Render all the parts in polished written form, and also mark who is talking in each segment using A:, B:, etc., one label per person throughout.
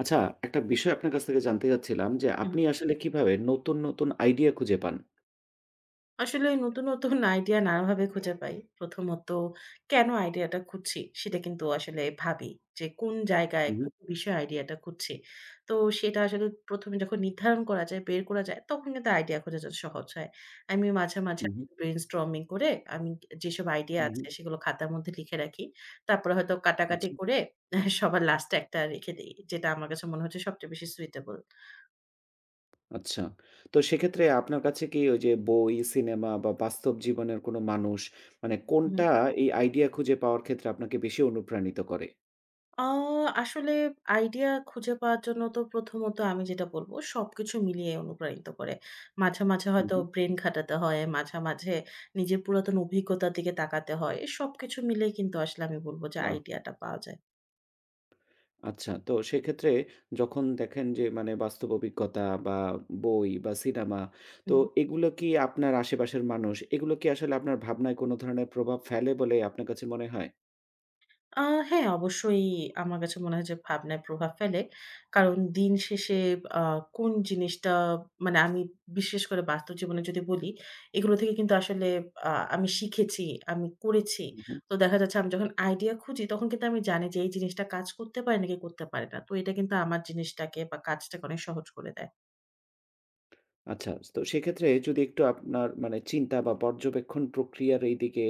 A: আচ্ছা, একটা বিষয় আপনার কাছ থেকে জানতে চাচ্ছিলাম যে,
B: হুম,
A: আপনি আসলে কিভাবে নতুন, নতুন আইডিয়া খুঁজে পান?
B: আসলে নতুন, নতুন আইডিয়া নানাভাবে খুঁজে পাই। প্রথমত কেন আইডিয়াটা খুঁজছি সেটা কিন্তু আসলে ভাবি যে কোন জায়গায়
A: হু, হু,
B: কোন বিষয়ে আইডিয়াটা খুঁজছি। তো সেটা আসলে ১ম এ যখন নির্ধারণ করা যায়, বের করা যায় তখন কিন্তু আইডিয়া খোঁজাটা সহজ হয়। আমি মাঝে, মাঝে
A: হু,
B: ব্রেইনস্টর্মিং করে আমি যেসব আইডিয়া
A: হু, হু,
B: আছে
A: হু।
B: সেগুলো খাতার মধ্যে লিখে রাখি। তারপরে হয়তো কাটাকাটি
A: আচ্ছা,
B: করে সবার লাস্টে একটা রেখে দেই, যেটা আমার কাছে মনে হচ্ছে সবচেয়ে বেশি সুইটেবল।
A: আচ্ছা। তো সেক্ষেত্রে আপনার কাছে কি ওই যে বই, সিনেমা বা বাস্তব জীবনের কোনো মানুষ মানে
B: হুম।
A: কোনটা এই আইডিয়া খুঁজে পাওয়ার ক্ষেত্রে আপনাকে বেশি অনুপ্রাণিত করে?
B: আ আসলে আইডিয়া খুঁজে পাওয়ার জন্য তো প্রথমত আমি যেটা বলব, সবকিছু মিলিয়ে অনুপ্রাণিত করে। মাঝে, মাঝে
A: হু,
B: হয়তো
A: হু,
B: ব্রেইন খাটাতে হয়, মাঝে, মাঝে নিজের পুরাতন অভিজ্ঞতার দিকে তাকাতে হয়। সবকিছু মিলিয়ে কিন্তু আসলে আমি বলব যে
A: বাহ!
B: আইডিয়াটা পাওয়া যায়।
A: আচ্ছা, তো সেক্ষেত্রে যখন দেখেন যে মানে বাস্তব অভিজ্ঞতা বা বই বা সিনেমা
B: হু।
A: তো এগুলো কি আপনার আশেপাশের মানুষ, এগুলো কি আসলে আপনার ভাবনায় কোনো ধরনের প্রভাব ফেলে বলে আপনার কাছে মনে হয়?
B: আ হ্যাঁ, অবশ্যই আমার কাছে মনে হয় যে ভাবনায় প্রভাব ফেলে। কারণ দিন শেষে আ কোন জিনিসটা মানে আমি বিশেষ করে বাস্তব জীবনে যদি বলি, এগুলো থেকে কিন্তু আসলে আমি শিখেছি, আমি করেছি।
A: উহু।
B: তো দেখা যাচ্ছে আমি যখন আইডিয়া খুঁজি তখন কিন্তু আমি জানি যে এই জিনিসটা কাজ করতে পারে নাকি করতে পারে না। তো এটা কিন্তু আমার জিনিসটাকে বা কাজটাকে অনেক সহজ করে দেয়।
A: আচ্ছা তো সেক্ষেত্রে যদি একটু আপনার মানে চিন্তা বা পর্যবেক্ষণ প্রক্রিয়ার এই দিকে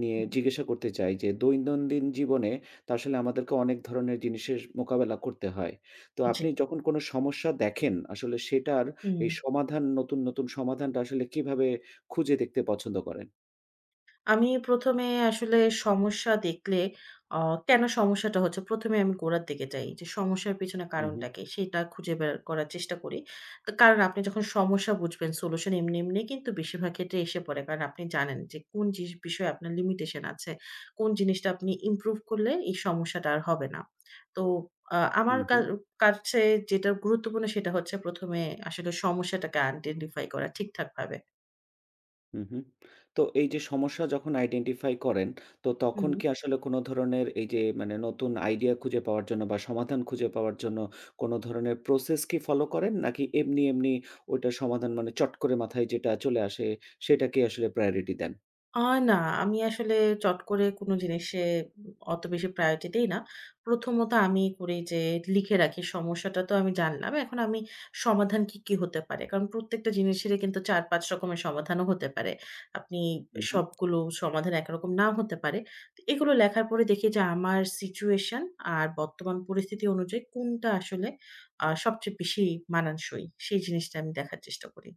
A: নিয়ে
B: হুম।
A: জিজ্ঞাসা করতে চাই যে দৈনন্দিন জীবনে তো আসলে আমাদেরকে অনেক ধরনের জিনিসের মোকাবেলা করতে হয়। তো
B: জি।
A: আপনি যখন কোনো সমস্যা দেখেন আসলে সেটার
B: হুম।
A: এই সমাধান নতুন, নতুন সমাধানটা আসলে কিভাবে খুঁজে দেখতে পছন্দ করেন?
B: আমি ১ম এ আসলে সমস্যা দেখলে অ কেন সমস্যাটা হচ্ছে ১ম এ আমি গোড়ার দিকে যাই। যে সমস্যার পেছনে
A: হু, হু।
B: কারণটা কি, সেটা খুঁজে বের করার চেষ্টা করি। তো কারণ আপনি যখন সমস্যা বুঝবেন সলিউশন এমনি, এমনি কিন্তু বেশিরভাগ ক্ষেত্রে এসে পড়ে। কারণ আপনি জানেন যে কোন জিস বিষয়ে আপনার লিমিটেশন আছে। কোন জিনিসটা আপনি ইমপ্রুভ করলে এই সমস্যাটা আর হবে না। তো আ আমার
A: হুম।
B: কা
A: হুম।
B: কাছে যেটা গুরুত্বপূর্ণ সেটা হচ্ছে ১ম এ আসলে সমস্যাটাকে আইডেন্টিফাই করা ঠিকঠাকভাবে।
A: হুম, হুম। তো এই যে সমস্যা যখন আইডেন্টিফাই করেন, তো
B: হু,
A: তখন
B: হু।
A: কি আসলে কোনো ধরনের এই যে মানে নতুন আইডিয়া খুঁজে পাওয়ার জন্য বা সমাধান খুঁজে পাওয়ার জন্য কোনো ধরনের প্রসেস কি ফলো করেন? নাকি এমনি, এমনি ওইটার সমাধান মানে চট করে মাথায় যেটা চলে আসে সেটাকেই আসলে প্রায়োরিটি দেন?
B: আ না, আমি আসলে চট করে কোনো জিনিসে অত বেশি প্রায়োরিটি দেই না। প্রথমত আমি করি যে লিখে রাখি সমস্যাটা তো আমি জানলাম। এখন আমি সমাধান কি, কি হতে পারে? কারণ প্রত্যেকটা জিনিসেরই কিন্তু ৪-৫ রকমের সমাধানও হতে পারে। আপনি সবগুলো সমাধান একরকম নাও হতে পারে। তো এগুলো লেখার পরে দেখি যে আমার সিচুয়েশন আর বর্তমান পরিস্থিতি অনুযায়ী কোনটা আসলে সবচেয়ে বেশি মানানসই, সেই জিনিসটা আমি দেখার চেষ্টা করি।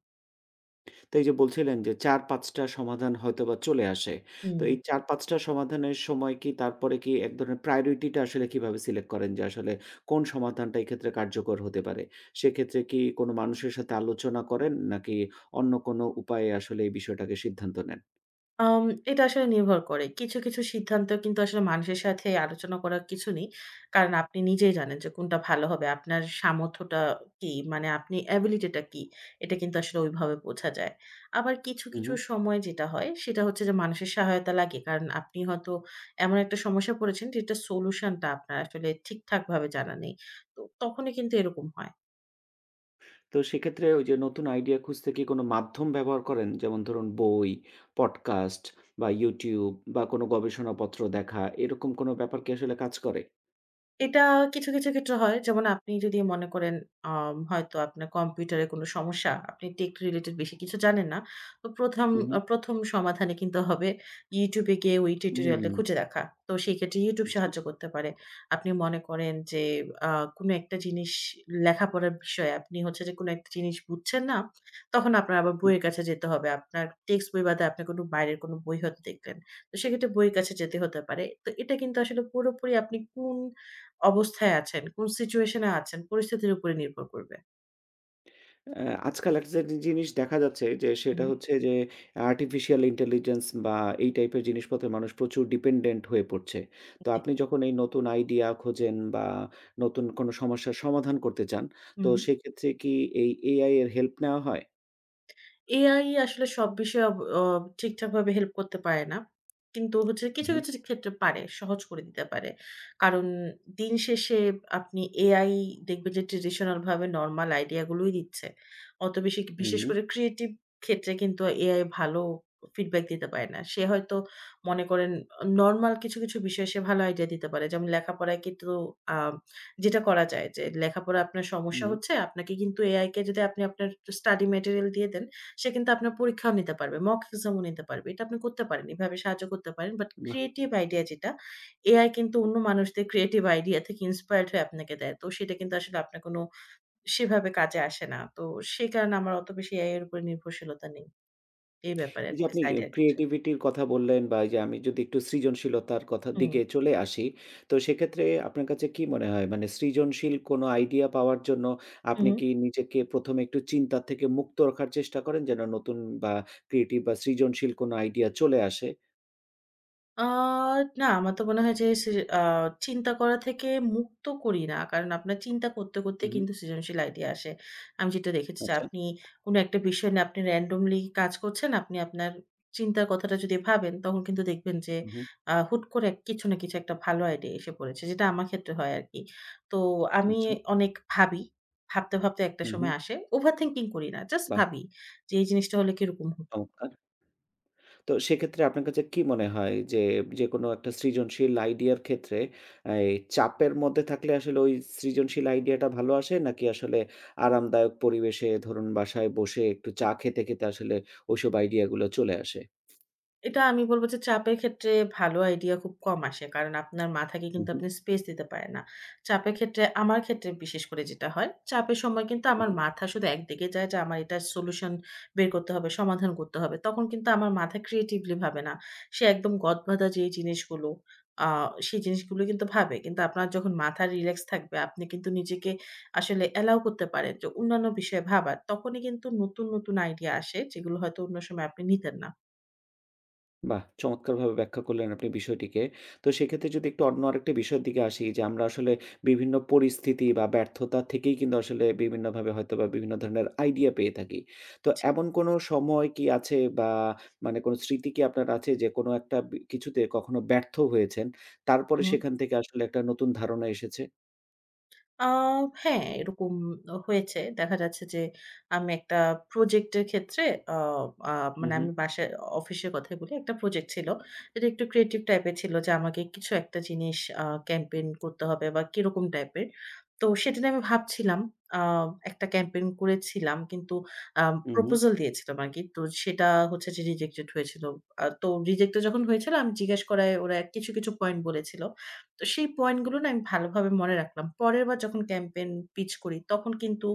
A: তো এই যে বলছিলেন যে ৪-৫ টা সমাধান হয়তোবা চলে আসে।
B: হুম।
A: তো এই ৪-৫ টা সমাধানের সময় কি তারপরে কি এক ধরনের priority টা আসলে কিভাবে সিলেক্ট করেন যে আসলে কোন সমাধানটা এক্ষেত্রে কার্যকর হতে পারে? সেক্ষেত্রে কি কোনো মানুষের সাথে আলোচনা করেন নাকি অন্য কোনো উপায়ে আসলে এই বিষয়টাকে সিদ্ধান্ত নেন?
B: আম এটা আসলে নির্ভর করে। কিছু, কিছু সিদ্ধান্ত কিন্তু আসলে মানুষের সাথে আলোচনা করার কিছু নেই। কারণ আপনি নিজেই জানেন যে কোনটা ভালো হবে। আপনার সামর্থ্যটা কি? মানে আপনি এবিলিটি টা কি? এটা কিন্তু আসলে ওইভাবে বোঝা যায়। আবার কিছু,
A: হু,
B: কিছু
A: হু।
B: সময় যেটা হয় সেটা হচ্ছে যে মানুষের সহায়তা লাগে। কারণ আপনি হয়তো এমন একটা সমস্যায় পড়েছেন যেটার সলিউশন টা আপনার আসলে ঠিকঠাকভাবে জানা নেই। তো তখনই কিন্তু এরকম হয়।
A: তো সেক্ষেত্রে ওই যে নতুন আইডিয়া খুঁজতে কি কোনো মাধ্যম ব্যবহার করেন? যেমন ধরুন বই, পডকাস্ট বা YouTube বা কোনো গবেষণাপত্র দেখা এরকম কোনো ব্যাপার কি আসলে কাজ করে?
B: এটা কিছু, কিছু ক্ষেত্রে হয়। যেমন আপনি যদি মনে করেন হয়তো আপনার কম্পিউটারে কোনো সমস্যা, আপনি টেক রিলেটেড বেশি কিছু জানেন না। তো ১ম
A: হু, হু।
B: আ ১ম সমাধানে কিন্তু হবে YouTube এ গিয়ে ওই
A: হুম,
B: টিউটোরিয়ালটা খুঁজে দেখা। তো সেক্ষেত্রে YouTube
A: আচ্ছা।
B: সাহায্য করতে পারে। আপনি মনে করেন যে আ কোনো একটা জিনিস লেখাপড়ার বিষয়ে আপনি হচ্ছে যে কোনো একটা জিনিস বুঝছেন না, তখন আপনার আবার বইয়ের কাছে যেতে হবে। আপনার টেক্সট বই বাদে আপনি কোনো বাইরের কোনো বই হয়তো দেখলেন। তো সেক্ষেত্রে বইয়ের কাছে যেতে হতে পারে। তো এটা কিন্তু আসলে পুরোপুরি আপনি কোন অবস্থায় আছেন, কোন সিচুয়েশন এ আছেন পরিস্থিতির উপরে নির্ভর করবে।
A: অ্যা আজকাল একটা যে জিনিস দেখা যাচ্ছে যে
B: হুম,
A: সেটা হচ্ছে যে আর্টিফিশিয়াল ইন্টেলিজেন্স বা এই টাইপের জিনিসপত্রে মানুষ প্রচুর ডিপেন্ডেন্ট হয়ে পড়ছে। তো
B: জি।
A: আপনি যখন এই নতুন আইডিয়া খোঁজেন বা নতুন কোনো সমস্যার সমাধান করতে চান, তো
B: হুম।
A: সেক্ষেত্রে কি এই এআই এর হেল্প নেওয়া হয়?
B: AI আসলে সব বিষয়ে অব অ ঠিকঠাকভাবে হেল্প করতে পারে না। কিন্তু হচ্ছে কিছু,
A: হু,
B: কিছু ক্ষেত্রে পারে, সহজ করে দিতে পারে। কারণ দিন শেষে আপনি AI দেখবেন যে ট্রেডিশনাল ভাবে নরমাল আইডিয়া গুলোই দিচ্ছে। অত বেশি
A: হু,
B: বিশেষ
A: হু,
B: করে ক্রিয়েটিভ ক্ষেত্রে কিন্তু AI ভালো ফিডব্যাক দিতে পারে না। সে হয়তো মনে করেন নরমাল কিছু, কিছু বিষয়ে সে ভালো আইডিয়া দিতে পারে। যেমন লেখাপড়ায় কিন্তু আ যেটা করা যায় যে লেখাপড়ায় আপনার সমস্যা
A: হু,
B: হচ্ছে, আপনাকে কিন্তু AI কে যদি আপনি আপনার স্টাডি মেটেরিয়াল দিয়ে দেন সে কিন্তু আপনার পরীক্ষাও নিতে পারবে, মক এক্সামও নিতে পারবে। এটা আপনি করতে পারেন। এভাবে সাহায্য করতে পারেন। বাট
A: বাহ!
B: ক্রিয়েটিভ আইডিয়া যেটা, এআই কিন্তু অন্য মানুষদের ক্রিয়েটিভ আইডিয়া থেকে ইন্সপায়ার্ড হয়ে আপনাকে দেয়। তো সেটা কিন্তু আসলে আপনার কোনো সেভাবে কাজে আসে না। তো সেই কারণে আমার অত বেশি এআই এর উপরে নির্ভরশীলতা নেই। এই ব্যাপারে
A: এই যে আপনি
B: অ্যাটলিস্ট
A: এ
B: আইডিয়ার ক্ষেত্রে।
A: ক্রিয়েটিভিটির কথা বললেন বা এই যে আমি যদি একটু সৃজনশীলতার কথার
B: হুম,
A: দিকে চলে আসি, তো সেক্ষেত্রে আপনার কাছে কি মনে হয়? মানে সৃজনশীল কোনো আইডিয়া পাওয়ার জন্য
B: হু,
A: আপনি
B: হু।
A: কি নিজেকে ১ম এ একটু চিন্তা থেকে মুক্ত রাখার চেষ্টা করেন যেন নতুন বা ক্রিয়েটিভ বা সৃজনশীল কোনো আইডিয়া চলে আসে?
B: আ না, আমার তো মনে হয় যে সৃ আ চিন্তা করা থেকে মুক্ত করি না। কারণ আপনার চিন্তা করতে, করতে
A: হু, হু।
B: কিন্তু সৃজনশীল আইডিয়া আসে। আমি যেটা দেখেছি যে
A: আচ্ছা।
B: আপনি কোন একটা বিষয় নিয়ে আপনি randomly কাজ করছেন। আপনি আপনার চিন্তার কথাটা যদি ভাবেন, তখন কিন্তু দেখবেন যে
A: হু, হু।
B: হুট করে কিছু না কিছু একটা ভালো আইডিয়া এসে পড়েছে। যেটা আমার ক্ষেত্রে হয় আরকি। তো আমি
A: আচ্ছা।
B: অনেক ভাবি। ভাবতে, ভাবতে একটা
A: হু, হু।
B: সময় আসে। ওভার থিংকিং করি না। জাস্ট
A: বাহ!
B: ভাবি যে এই জিনিসটা হলে কিরকম হতো?
A: চমৎকার। তো সেক্ষেত্রে আপনার কাছে কি মনে হয় যে, যেকোনো একটা সৃজনশীল আইডিয়ার ক্ষেত্রে এই চাপের মধ্যে থাকলে আসলে ওই সৃজনশীল আইডিয়াটা ভালো আসে? নাকি আসলে আরামদায়ক পরিবেশে ধরুন বাসায় বসে একটু চা খেতে, খেতে আসলে ওইসব আইডিয়াগুলো চলে আসে?
B: এটা আমি বলব যে চাপের ক্ষেত্রে ভালো আইডিয়া খুব কম আসে। কারণ আপনার মাথাকে
A: হু,
B: কিন্তু
A: হু,
B: আপনি স্পেস দিতে পারেন না। চাপের ক্ষেত্রে আমার ক্ষেত্রে বিশেষ করে যেটা হয়, চাপের সময় কিন্তু
A: হু।
B: আমার মাথা শুধু একদিকে যায় যে আমার এটার সলিউশন বের করতে হবে, সমাধান করতে হবে। তখন কিন্তু আমার মাথা ক্রিয়েটিভলি ভাবে না। সে একদম গদবাঁধা যে জিনিসগুলো, আ সেই জিনিসগুলো কিন্তু ভাবে। কিন্তু আপনার যখন মাথা রিল্যাক্স থাকবে, আপনি কিন্তু নিজেকে আসলে অ্যালাও করতে পারেন যে অন্যান্য বিষয়ে ভাবার। তখনই কিন্তু নতুন, নতুন আইডিয়া আসে যেগুলো হয়তো অন্য সময় আপনি নিতেন না।
A: বাহ! চমৎকারভাবে ব্যাখ্যা করলেন আপনি বিষয়টিকে। তো সেক্ষেত্রে যদি একটু অন্য আরেকটা বিষয়ের দিকে আসি যে আমরা আসলে বিভিন্ন পরিস্থিতি বা ব্যর্থতা থেকেই কিন্তু আসলে বিভিন্নভাবে হয়তোবা বিভিন্ন ধরনের আইডিয়া পেয়ে থাকি। তো এমন কোনো সময় কি আছে বা মানে কোনো স্মৃতি কি আপনার আছে যে কোনো একটা কিছুতে কখনো ব্যর্থ হয়েছেন, তারপরে
B: জি।
A: সেখান থেকে আসলে একটা নতুন ধারণা এসেছে?
B: আ হ্যাঁ, এরকম হয়েছে। দেখা যাচ্ছে যে আমি একটা প্রজেক্টের ক্ষেত্রে আ আ মানে
A: উহু,
B: আমি বাসায় অফিসের কথাই বলি। একটা প্রজেক্ট ছিল। এটা একটু ক্রিয়েটিভ টাইপের ছিল যে আমাকে কিছু একটা জিনিস ক্যাম্পেইন করতে হবে বা কিরকম টাইপের। তো সেটা নিয়ে আমি ভাবছিলাম। আ একটা ক্যাম্পেইন করেছিলাম কিন্তু আ
A: উহু।
B: প্রপোজাল দিয়েছিলাম আরকি। তো সেটা হচ্ছে যে রিজেক্টেড হয়েছিল। তো রিজেক্টেড যখন হয়েছিল আমি জিজ্ঞেস করায় ওরা কিছু, কিছু পয়েন্ট বলেছিল। তো সেই পয়েন্টগুলো না আমি ভালোভাবে মনে রাখলাম। পরেরবার যখন ক্যাম্পেইন পিচ করি, তখন কিন্তু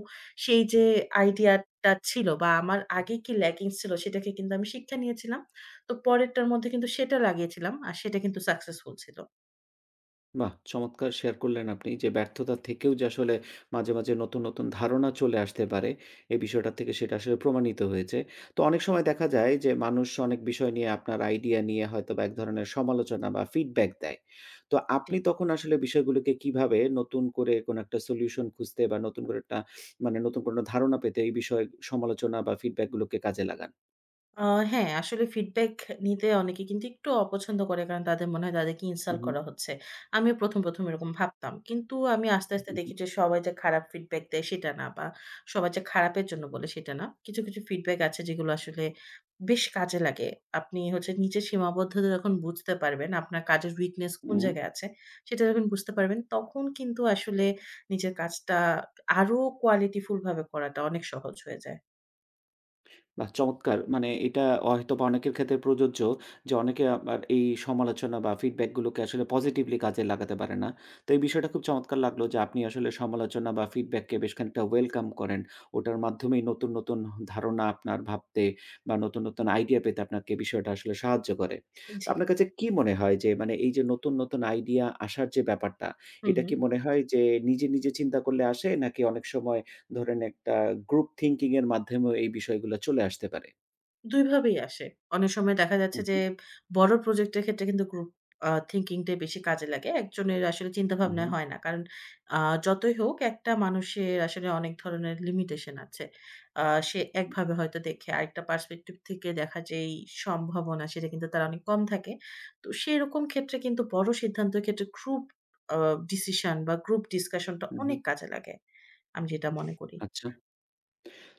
B: সেই যে আইডিয়াটা ছিল বা আমার আগে কি ল্যাকিংস ছিল, সেটাকে কিন্তু আমি শিক্ষা নিয়েছিলাম। তো পরেরটার মধ্যে কিন্তু সেটা লাগিয়েছিলাম। আর সেটা কিন্তু সাকসেসফুল ছিল।
A: বাহ! চমৎকার শেয়ার করলেন আপনি যে ব্যর্থতা থেকেও যে আসলে মাঝে, মাঝে নতুন, নতুন ধারণা চলে আসতে পারে। এই বিষয়টা থেকে সেটা আসলে প্রমাণিত হয়েছে। তো অনেক সময় দেখা যায় যে মানুষ অনেক বিষয় নিয়ে আপনার আইডিয়া নিয়ে হয়তোবা এক ধরনের সমালোচনা বা ফিডব্যাক দেয়। তো
B: জি।
A: আপনি তখন আসলে বিষয়গুলোকে কিভাবে নতুন করে কোনো একটা সলিউশন খুঁজতে বা নতুন করে একটা মানে নতুন কোনো ধারণা পেতে এই বিষয়ে সমালোচনা বা ফিডব্যাক গুলোকে কাজে লাগান?
B: আ হ্যাঁ, আসলে ফিডব্যাক নিতে অনেকে কিন্তু একটু অপছন্দ করে। কারণ তাদের মনে হয় তাদেরকে ইনসাল্ট
A: উহু,
B: করা হচ্ছে। আমিও ১ম, ১ম এরকম ভাবতাম। কিন্তু আমি আস্তে, আস্তে
A: উহু,
B: দেখি যে সবাই যে খারাপ ফিডব্যাক দেয় সেটা না বা সবাই যে খারাপের জন্য বলে সেটা না। কিছু, কিছু ফিডব্যাক আছে যেগুলো আসলে বেশ কাজে লাগে। আপনি হচ্ছে নিজের সীমাবদ্ধতা যখন বুঝতে পারবেন, আপনার কাজের উইকনেস কোন
A: উহু।
B: জায়গায় আছে সেটা যখন বুঝতে পারবেন, তখন কিন্তু আসলে নিজের কাজটা আরো কোয়ালিটিফুল ভাবে করাটা অনেক সহজ হয়ে যায়।
A: বাহ! চমৎকার। মানে এটা হয়তোবা অনেকের ক্ষেত্রে প্রযোজ্য যে অনেকে আবার এই সমালোচনা বা ফিডব্যাক গুলোকে আসলে পজিটিভলি কাজে লাগাতে পারে না। তো এই বিষয়টা খুব চমৎকার লাগলো যে আপনি আসলে সমালোচনা বা ফিডব্যাককে বেশ খানিকটা ওয়েলকাম করেন। ওটার মাধ্যমেই নতুন, নতুন ধারণা আপনার ভাবতে বা নতুন, নতুন আইডিয়া পেতে আপনাকে বিষয়টা আসলে সাহায্য করে। তো
B: জি।
A: আপনার কাছে কি মনে হয় যে মানে এই যে নতুন, নতুন আইডিয়া আসার যে ব্যাপারটা,
B: হু,
A: এটা
B: হু।
A: কি মনে হয় যে নিজে, নিজে চিন্তা করলে আসে নাকি অনেক সময় ধরেন একটা গ্রুপ থিংকিং এর মাধ্যমেও এই বিষয়গুলা চলে আসতে পারে।
B: ২ ভাবেই আসে। অনেক সময় দেখা যাচ্ছে যে
A: উহু,
B: বড় প্রজেক্টের ক্ষেত্রে কিন্তু গ্রুপ থিংকিং টাই বেশি কাজে লাগে। একজনের আসলে চিন্তাভাবনা
A: উহু,
B: হয় না। কারণ আ যতই হোক একটা মানুষের আসলে অনেক ধরনের লিমিটেশন আছে। সে একভাবে হয়তো দেখে আরেকটা পার্সপেক্টিভ থেকে দেখা যেই সম্ভাবনা সেটা কিন্তু তার অনেক কম থাকে। তো সেরকম ক্ষেত্রে কিন্তু বড় সিদ্ধান্তের ক্ষেত্রে গ্রুপ আ ডিসিশন বা গ্রুপ ডিসকাশন টা অনেক
A: উহু,
B: কাজে লাগে। আমি যেটা মনে করি।
A: আচ্ছা।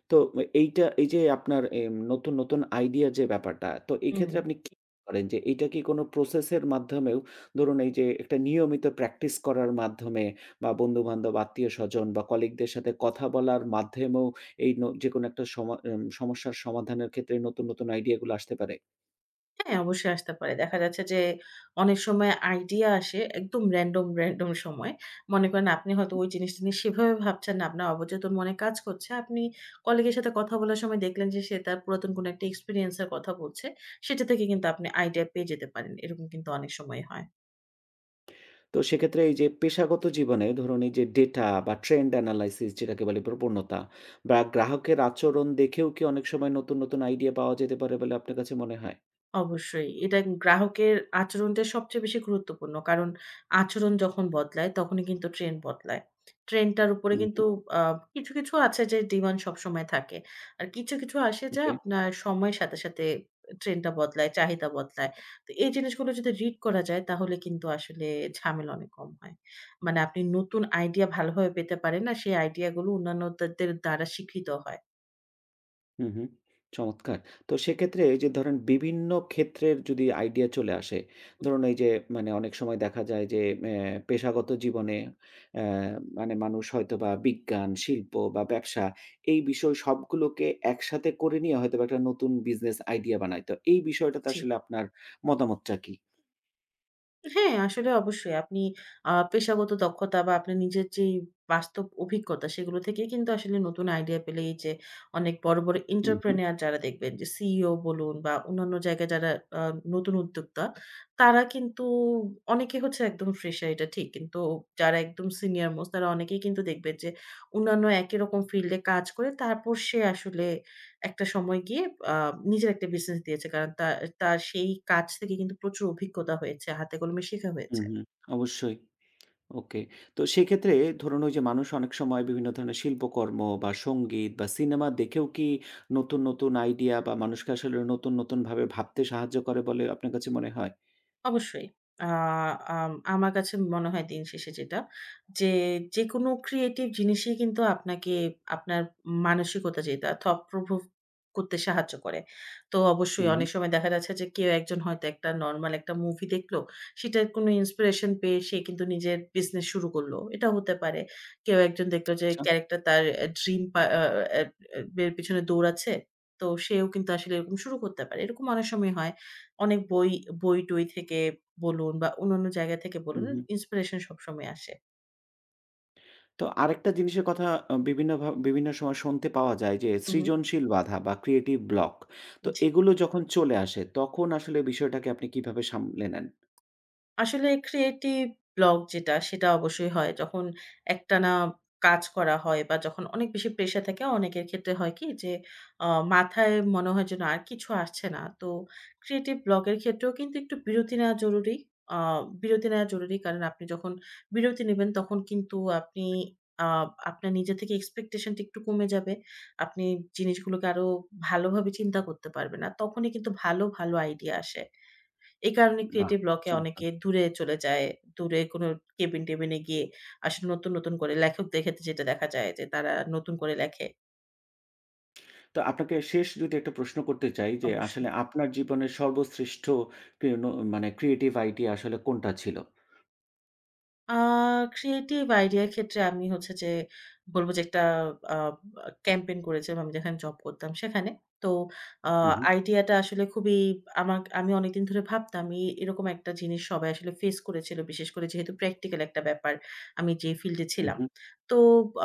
A: তো এইটা এই যে আপনার নতুন, নতুন আইডিয়া যে ব্যাপারটা, তো এই
B: হুম।
A: ক্ষেত্রে আপনি কি করেন যে এইটা কি কোনো প্রসেস এর মাধ্যমেও ধরুন এই যে একটা নিয়মিত প্র্যাকটিস করার মাধ্যমে বা বন্ধু-বান্ধব, আত্মীয়স্বজন বা কলিগদের সাথে কথা বলার মাধ্যমেও এই যেকোনো একটা সমা এম সমস্যার সমাধানের ক্ষেত্রে নতুন, নতুন আইডিয়া গুলো আসতে পারে?
B: হ্যাঁ, অবশ্যই আসতে পারে। দেখা যাচ্ছে যে অনেক সময় আইডিয়া আসে একদম র‍্যান্ডম, র‍্যান্ডম সময়। মনে করেন আপনি হয়তো ওই জিনিসটা নিয়ে সেভাবে ভাবছেন না। আপনার অবচেতন মনে কাজ করছে। আপনি কলিগের সাথে কথা বলার সময় দেখলেন যে সে তার পুরাতন কোনো একটা এক্সপেরিয়েন্স এর কথা বলছে। সেটা থেকে কিন্তু আপনি আইডিয়া পেয়ে যেতে পারেন। এরকম কিন্তু অনেক সময় হয়।
A: তো সেক্ষেত্রে এই যে পেশাগত জীবনে ধরুন এই যে ডেটা বা ট্রেন্ড অ্যানালাইসিস যেটাকে বলে প্রবণতা বা গ্রাহকের আচরণ দেখেও কি অনেক সময় নতুন, নতুন আইডিয়া পাওয়া যেতে পারে বলে আপনার কাছে মনে হয়?
B: অবশ্যই। এটা গ্রাহকের আচরণটা সবচেয়ে বেশি গুরুত্বপূর্ণ। কারণ আচরণ যখন বদলায় তখনই কিন্তু ট্রেন্ড বদলায়। ট্রেন্ডটার উপরে
A: হুম,
B: কিন্তু
A: হুম।
B: আ কিছু, কিছু আছে যে ডিমান্ড সবসময় থাকে। আর কিছু, কিছু আসে যা
A: ওকে।
B: আপনার সময়ের সাথে, সাথে ট্রেন্ডটা বদলায়, চাহিদা বদলায়। তো এই জিনিসগুলো যদি রিড করা যায় তাহলে কিন্তু আসলে ঝামেলা অনেক কম হয়। মানে আপনি নতুন আইডিয়া ভালোভাবে পেতে পারেন আর সেই আইডিয়া গুলো অন্যান্যদের দ্বারা স্বীকৃত হয়।
A: হুম, হুম। চমৎকার! তো সেক্ষেত্রে এই যে ধরেন বিভিন্ন ক্ষেত্রের যদি আইডিয়া চলে আসে, ধরুন এই যে মানে অনেক সময় দেখা যায় যে এ পেশাগত জীবনে অ্যা মানে মানুষ হয়তোবা বিজ্ঞান, শিল্প বা ব্যবসা এই বিষয় সবগুলোকে একসাথে করে নিয়ে হয়তোবা একটা নতুন বিজনেস আইডিয়া বানায়। তো এই বিষয়টাতে
B: জি।
A: আসলে আপনার মতামতটা কি?
B: হ্যাঁ, আসলে অবশ্যই। আপনি পেশাগত দক্ষতা বা আপনার নিজের যেই বাস্তব অভিজ্ঞতা সেগুলো থেকেই কিন্তু আসলে নতুন আইডিয়া পেলে এই যে অনেক বড়, বড়
A: হুম, হুম।
B: এন্টারপ্রেনিউর যারা দেখবেন যে সিইও বলুন বা অন্যান্য জায়গায় যারা আ নতুন উদ্যোক্তা তারা কিন্তু অনেকে হচ্ছে একদম ফ্রেশার এটা ঠিক। কিন্তু যারা একদম সিনিয়র মোস্ট তারা অনেকেই কিন্তু দেখবেন যে অন্যান্য একই রকম ফিল্ড এ কাজ করে তারপর সে আসলে একটা সময় গিয়ে আ নিজের একটা বিজনেস দিয়েছে। কারণ তা তার সেই কাজ থেকে কিন্তু প্রচুর অভিজ্ঞতা হয়েছে। হাতে কলমে শেখা
A: হুম,
B: হয়েছে।
A: হুম। অবশ্যই। ওকে। তো সেক্ষেত্রে ধরুন ওই যে মানুষ অনেক সময় বিভিন্ন ধরনের শিল্পকর্ম বা সঙ্গীত বা সিনেমা দেখেও কি নতুন, নতুন আইডিয়া বা মানুষকে আসলে নতুন, নতুন ভাবে ভাবতে সাহায্য করে বলে আপনার কাছে মনে হয়?
B: অবশ্যই। আ আম আমার কাছে মনে হয় দিন শেষে যেটা, যে যেকোনো ক্রিয়েটিভ জিনিসই কিন্তু আপনাকে আপনার মানসিকতা যেটা thought provoke করতে সাহায্য করে। তো অবশ্যই
A: হুম,
B: অনেক সময় দেখা যাচ্ছে যে কেউ একজন হয়তো একটা নরমাল একটা মুভি দেখলো, সেটার কোনো ইন্সপিরেশন পেয়ে সে কিন্তু নিজের বিজনেস শুরু করলো। এটা হতে পারে। কেউ একজন দেখলো যে
A: আচ্ছা।
B: ক্যারেক্টার তার আ ড্রিম পা আ আ আ এর পেছনে দৌড়াচ্ছে। তো সেও কিন্তু আসলে এরকম শুরু করতে পারে। এরকম অনেক সময় হয়। অনেক বই বই-টই থেকে বলুন বা অন্যান্য জায়গা থেকে
A: হুম,
B: বলুন,
A: হুম।
B: ইন্সপিরেশন সবসময় আসে।
A: তো আরেকটা জিনিসের কথা আ বিভিন্ন ভা বিভিন্ন সময় শুনতে পাওয়া যায় যে
B: হু, হু।
A: সৃজনশীল বাধা বা ক্রিয়েটিভ ব্লক। তো এগুলো যখন চলে আসে তখন আসলে বিষয়টাকে আপনি কিভাবে সামলে নেন?
B: আসলে ক্রিয়েটিভ ব্লক যেটা, সেটা অবশ্যই হয়। যখন একটানা কাজ করা হয় বা যখন অনেক বেশি প্রেশার থাকে, অনেকের ক্ষেত্রে হয় কি যে, আ মাথায় মনে হয় যেন আর কিছু আসছে না। তো ক্রিয়েটিভ ব্লক এর ক্ষেত্রেও কিন্তু একটু বিরতি নেওয়া জরুরি। আ বিরতি নেওয়া জরুরি। কারণ আপনি যখন বিরতি নিবেন, তখন কিন্তু আপনি আ আপনার নিজে থেকে এক্সপেকটেশন টা একটু কমে যাবে। আপনি জিনিসগুলোকে আরো ভালোভাবে চিন্তা করতে পারবেন। আর তখনই কিন্তু ভালো, ভালো আইডিয়া আসে। এই কারণে
A: বাহ!
B: ক্রিয়েটিভ ব্লক এ
A: চমৎকার।
B: অনেকে দূরে চলে যায়। দূরে কোনো কেবিন-টেবিন এ গিয়ে আসলে নতুন, নতুন করে লেখকদের ক্ষেত্রে যেটা দেখা যায় যে তারা নতুন করে লেখে।
A: তো আপনাকে শেষ যদি একটা প্রশ্ন করতে চাই যে
B: অবশ্যই।
A: আসলে আপনার জীবনের সর্বশ্রেষ্ঠ ক্রি ন মানে ক্রিয়েটিভ আইডিয়া আসলে কোনটা ছিল?
B: আ ক্রিয়েটিভ আইডিয়ার ক্ষেত্রে আমি হচ্ছে যে বলব যে একটা আ আ ক্যাম্পেইন করেছিলাম আমি যেখানে জব করতাম সেখানে। তো আ
A: হু, হু,
B: আইডিয়াটা আসলে খুবই আমার আমি অনেকদিন ধরে ভাবতাম এরকম একটা জিনিস সবাই আসলে ফেস করেছিল। বিশেষ করে যেহেতু প্র্যাকটিক্যাল একটা ব্যাপার আমি যে ফিল্ডে
A: হু,
B: ছিলাম।
A: হু,
B: তো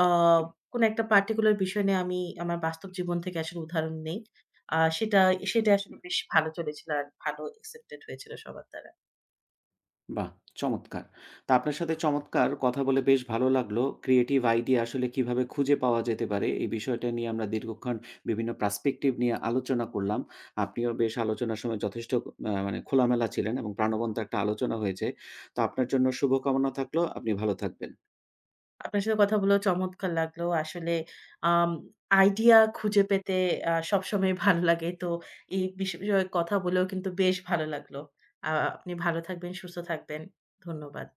B: আ
A: হু।
B: কোন একটা পার্টিকুলার বিষয় নিয়ে আমি আমার বাস্তব জীবন থেকে আসলে উদাহরণ নেই। আ সেটা সেটা আসলে বেশ ভালো চলেছিল আর ভালো অ্যাকসেপ্টেড হয়েছিল সবার দ্বারা।
A: বাহ! চমৎকার। তো আপনার সাথে চমৎকার কথা বলে বেশ ভালো লাগলো। ক্রিয়েটিভ আইডিয়া আসলে কিভাবে খুঁজে পাওয়া যেতে পারে এই বিষয়টা নিয়ে আমরা দীর্ঘক্ষণ বিভিন্ন পার্সপেক্টিভ নিয়ে আলোচনা করলাম। আপনিও বেশ আলোচনার সময় যথেষ্ট মানে খোলামেলা ছিলেন এবং প্রাণবন্ত একটা আলোচনা হয়েছে। তো আপনার জন্য শুভকামনা থাকলো। আপনি ভালো থাকবেন।
B: আপনার সাথে কথা বলেও চমৎকার লাগলো। আসলে আম আইডিয়া খুঁজে পেতে সবসময় ভালো লাগে। তো এই বিষয়ে কথা বলেও কিন্তু বেশ ভালো লাগলো। আ আপনি ভালো থাকবেন, সুস্থ থাকবেন। ধন্যবাদ।